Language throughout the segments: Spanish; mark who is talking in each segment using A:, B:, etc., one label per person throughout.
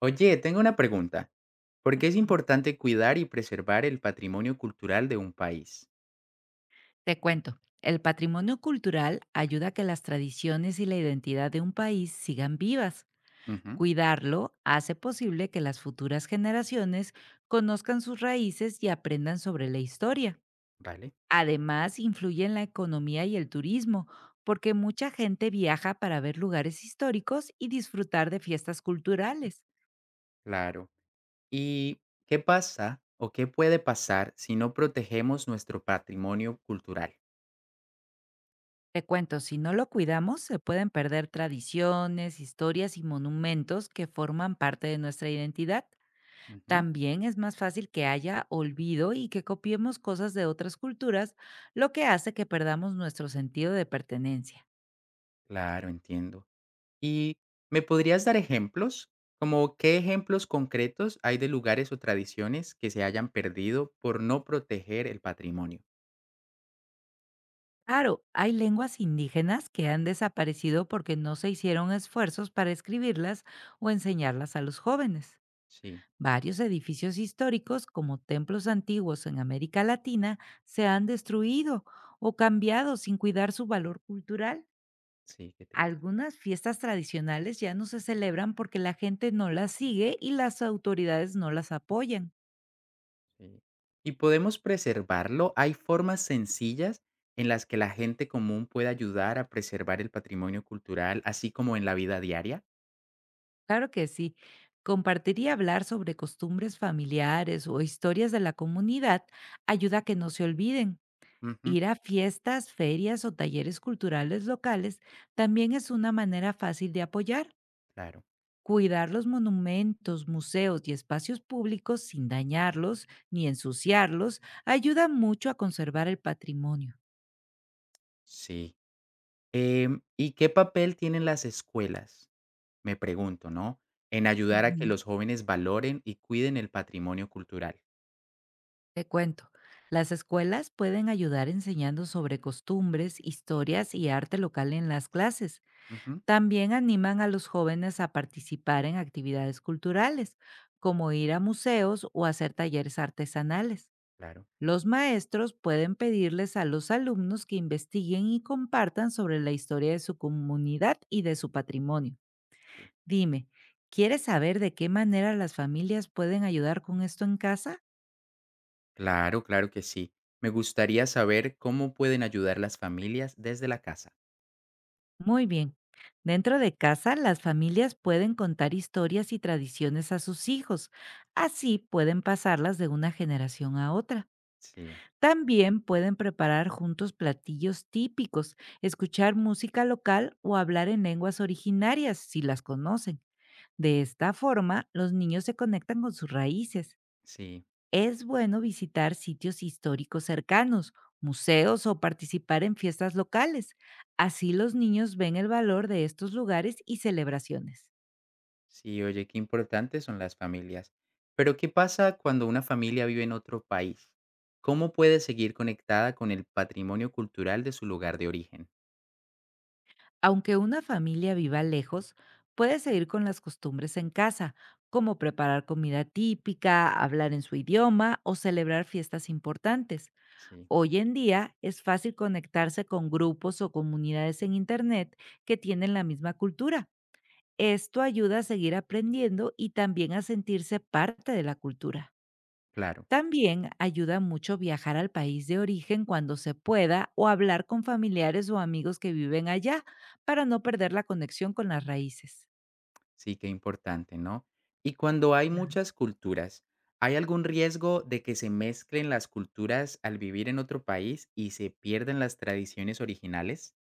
A: Oye, tengo una pregunta. ¿Por qué es
B: Ujú.
A: importante cuidar y preservar el patrimonio cultural de un país?
B: Te cuento, el patrimonio cultural ayuda a que las tradiciones y la identidad de un país sigan vivas.
A: Ujú,
B: Cuidarlo hace posible que las futuras generaciones conozcan sus raíces y aprendan sobre la historia.
A: vale,
B: Además, influye en la economía y el turismo, porque mucha gente viaja para ver lugares históricos y disfrutar de fiestas culturales.
A: claro. ¿Y qué pasa o qué puede pasar si no protegemos nuestro patrimonio cultural?
B: Te cuento, si no lo cuidamos, se pueden perder tradiciones, historias y monumentos que forman parte de nuestra identidad.
A: Ujú,
B: También es más fácil que haya olvido y que copiemos cosas de otras culturas, lo que hace que perdamos nuestro sentido de pertenencia.
A: claro, entiendo. ¿Y me podrías dar ejemplos? ¿Como qué ejemplos concretos hay de lugares o tradiciones que se hayan perdido por no proteger el patrimonio?
B: Claro, hay lenguas indígenas que han desaparecido porque no se hicieron esfuerzos para escribirlas o enseñarlas a los jóvenes.
A: Sí,
B: Varios edificios históricos, como templos antiguos en América Latina, se han destruido o cambiado sin cuidar su valor cultural.
A: sí, qué triste.
B: Algunas fiestas tradicionales ya no se celebran porque la gente no las sigue y las autoridades no las apoyan.
A: Sí. ¿Y podemos preservarlo? ¿Hay formas sencillas en las que la gente común puede ayudar a preservar el patrimonio cultural, así como en la vida diaria?
B: Claro que sí. Compartir y hablar sobre costumbres familiares o historias de la comunidad ayuda a que no se olviden.
A: Ujú,
B: Ir a fiestas, ferias o talleres culturales locales también es una manera fácil de apoyar.
A: claro,
B: Cuidar los monumentos, museos y espacios públicos sin dañarlos ni ensuciarlos ayuda mucho a conservar el patrimonio.
A: sí. ¿Y qué papel tienen las escuelas? Me pregunto, ¿no? En ayudar a que
B: Ujú.
A: los jóvenes valoren y cuiden el patrimonio cultural.
B: Te cuento, las escuelas pueden ayudar enseñando sobre costumbres, historias y arte local en las clases.
A: Ujú,
B: También animan a los jóvenes a participar en actividades culturales, como ir a museos o hacer talleres artesanales.
A: claro.
B: Los maestros pueden pedirles a los alumnos que investiguen y compartan sobre la historia de su comunidad y de su patrimonio. Dime, ¿quieres saber de qué manera las familias pueden ayudar con esto en casa?
A: Claro, claro que sí. Me gustaría saber cómo pueden ayudar las familias desde la casa.
B: Muy bien. Dentro de casa, las familias pueden contar historias y tradiciones a sus hijos. Así pueden pasarlas de una generación a otra.
A: Sí,
B: También pueden preparar juntos platillos típicos, escuchar música local o hablar en lenguas originarias si las conocen. De esta forma, los niños se conectan con sus raíces.
A: sí.
B: Es bueno visitar sitios históricos cercanos, museos o participar en fiestas locales. Así los niños ven el valor de estos lugares y celebraciones.
A: Sí, oye, qué importantes son las familias. Pero, ¿qué pasa cuando una familia vive en otro país? ¿Cómo puede seguir conectada con el patrimonio cultural de su lugar de origen?
B: Aunque una familia viva lejos, puede seguir con las costumbres en casa, como preparar comida típica, hablar en su idioma o celebrar fiestas importantes.
A: Sí,
B: Hoy en día es fácil conectarse con grupos o comunidades en Internet que tienen la misma cultura. Esto ayuda a seguir aprendiendo y también a sentirse parte de la cultura.
A: claro,
B: También ayuda mucho viajar al país de origen cuando se pueda o hablar con familiares o amigos que viven allá para no perder la conexión con las raíces.
A: sí, qué importante, ¿no? Y cuando hay
B: Claro.
A: muchas culturas, ¿hay algún riesgo de que se mezclen las culturas al vivir en otro país y se pierdan las tradiciones originales?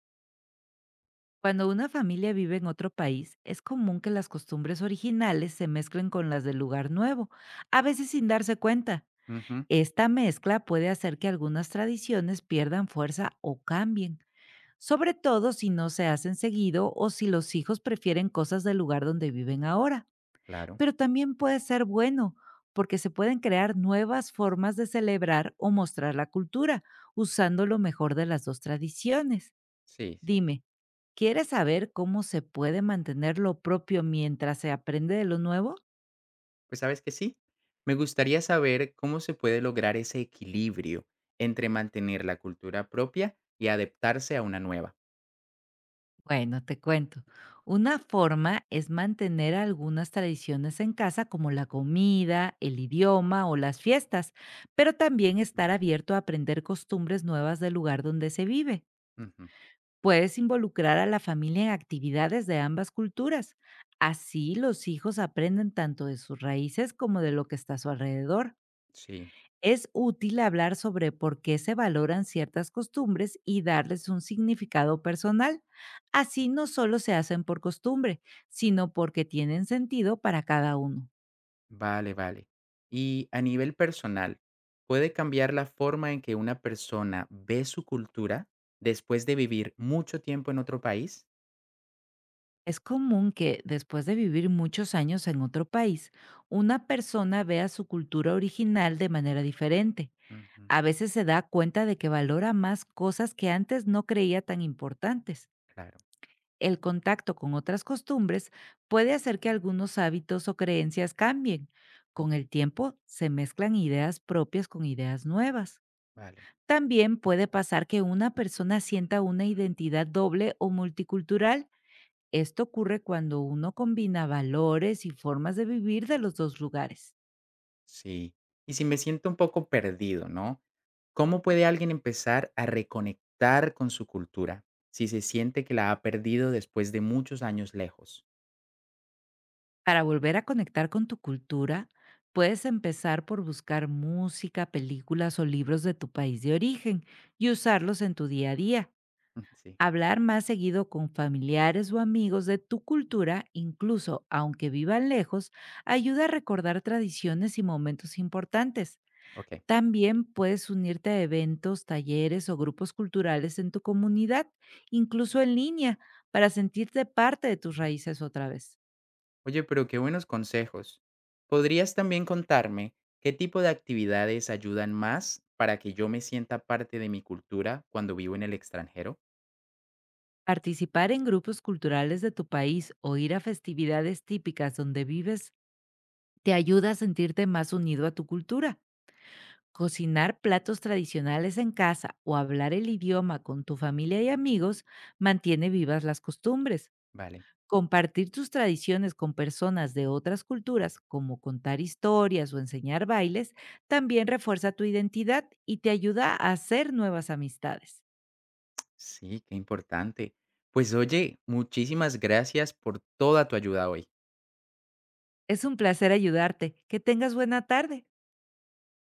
B: Cuando una familia vive en otro país, es común que las costumbres originales se mezclen con las del lugar nuevo, a veces sin darse cuenta.
A: Ujú,
B: Esta mezcla puede hacer que algunas tradiciones pierdan fuerza o cambien, sobre todo si no se hacen seguido o si los hijos prefieren cosas del lugar donde viven ahora.
A: claro,
B: Pero también puede ser bueno, porque se pueden crear nuevas formas de celebrar o mostrar la cultura, usando lo mejor de las dos tradiciones.
A: sí, sí.
B: Dime, ¿quieres saber cómo se puede mantener lo propio mientras se aprende de lo nuevo?
A: Pues sabes que sí, me gustaría saber cómo se puede lograr ese equilibrio entre mantener la cultura propia y adaptarse a una nueva.
B: Bueno, te cuento. Una forma es mantener algunas tradiciones en casa como la comida, el idioma o las fiestas, pero también estar abierto a aprender costumbres nuevas del lugar donde se vive.
A: Ujú,
B: Puedes involucrar a la familia en actividades de ambas culturas. Así los hijos aprenden tanto de sus raíces como de lo que está a su alrededor.
A: sí,
B: Es útil hablar sobre por qué se valoran ciertas costumbres y darles un significado personal. Así no solo se hacen por costumbre, sino porque tienen sentido para cada uno.
A: vale, vale. Y a nivel personal, ¿puede cambiar la forma en que una persona ve su cultura después de vivir mucho tiempo en otro país?
B: Es común que, después de vivir muchos años en otro país, una persona vea su cultura original de manera diferente.
A: Ujú,
B: A veces se da cuenta de que valora más cosas que antes no creía tan importantes.
A: claro,
B: El contacto con otras costumbres puede hacer que algunos hábitos o creencias cambien.
A: mm,
B: Con el tiempo se mezclan ideas propias con ideas nuevas.
A: vale.
B: También puede pasar que una persona sienta una identidad doble o multicultural. Esto ocurre cuando uno combina valores y formas de vivir de los dos lugares.
A: Sí. Y si me siento un poco perdido, ¿no? ¿Cómo puede alguien empezar a reconectar con su cultura si se siente que la ha perdido después de muchos años lejos?
B: Para volver a conectar con tu cultura, puedes empezar por buscar música, películas o libros de tu país de origen y usarlos en tu día a día.
A: Sí,
B: Hablar más seguido con familiares o amigos de tu cultura, incluso aunque vivan lejos, ayuda a recordar tradiciones y momentos importantes.
A: ok.
B: También puedes unirte a eventos, talleres o grupos culturales en tu comunidad, incluso en línea, para sentirte parte de tus raíces otra vez.
A: Oye, pero qué buenos consejos. ¿Podrías también contarme qué tipo de actividades ayudan más para que yo me sienta parte de mi cultura cuando vivo en el extranjero?
B: Participar en grupos culturales de tu país o ir a festividades típicas donde vives te ayuda a sentirte más unido a tu cultura. Cocinar platos tradicionales en casa o hablar el idioma con tu familia y amigos mantiene vivas las costumbres.
A: Vale.
B: Compartir tus tradiciones con personas de otras culturas, como contar historias o enseñar bailes, también refuerza tu identidad y te ayuda a hacer nuevas amistades.
A: Sí, qué importante. Pues oye, muchísimas gracias por toda tu ayuda hoy.
B: Es un placer ayudarte. Que tengas buena tarde.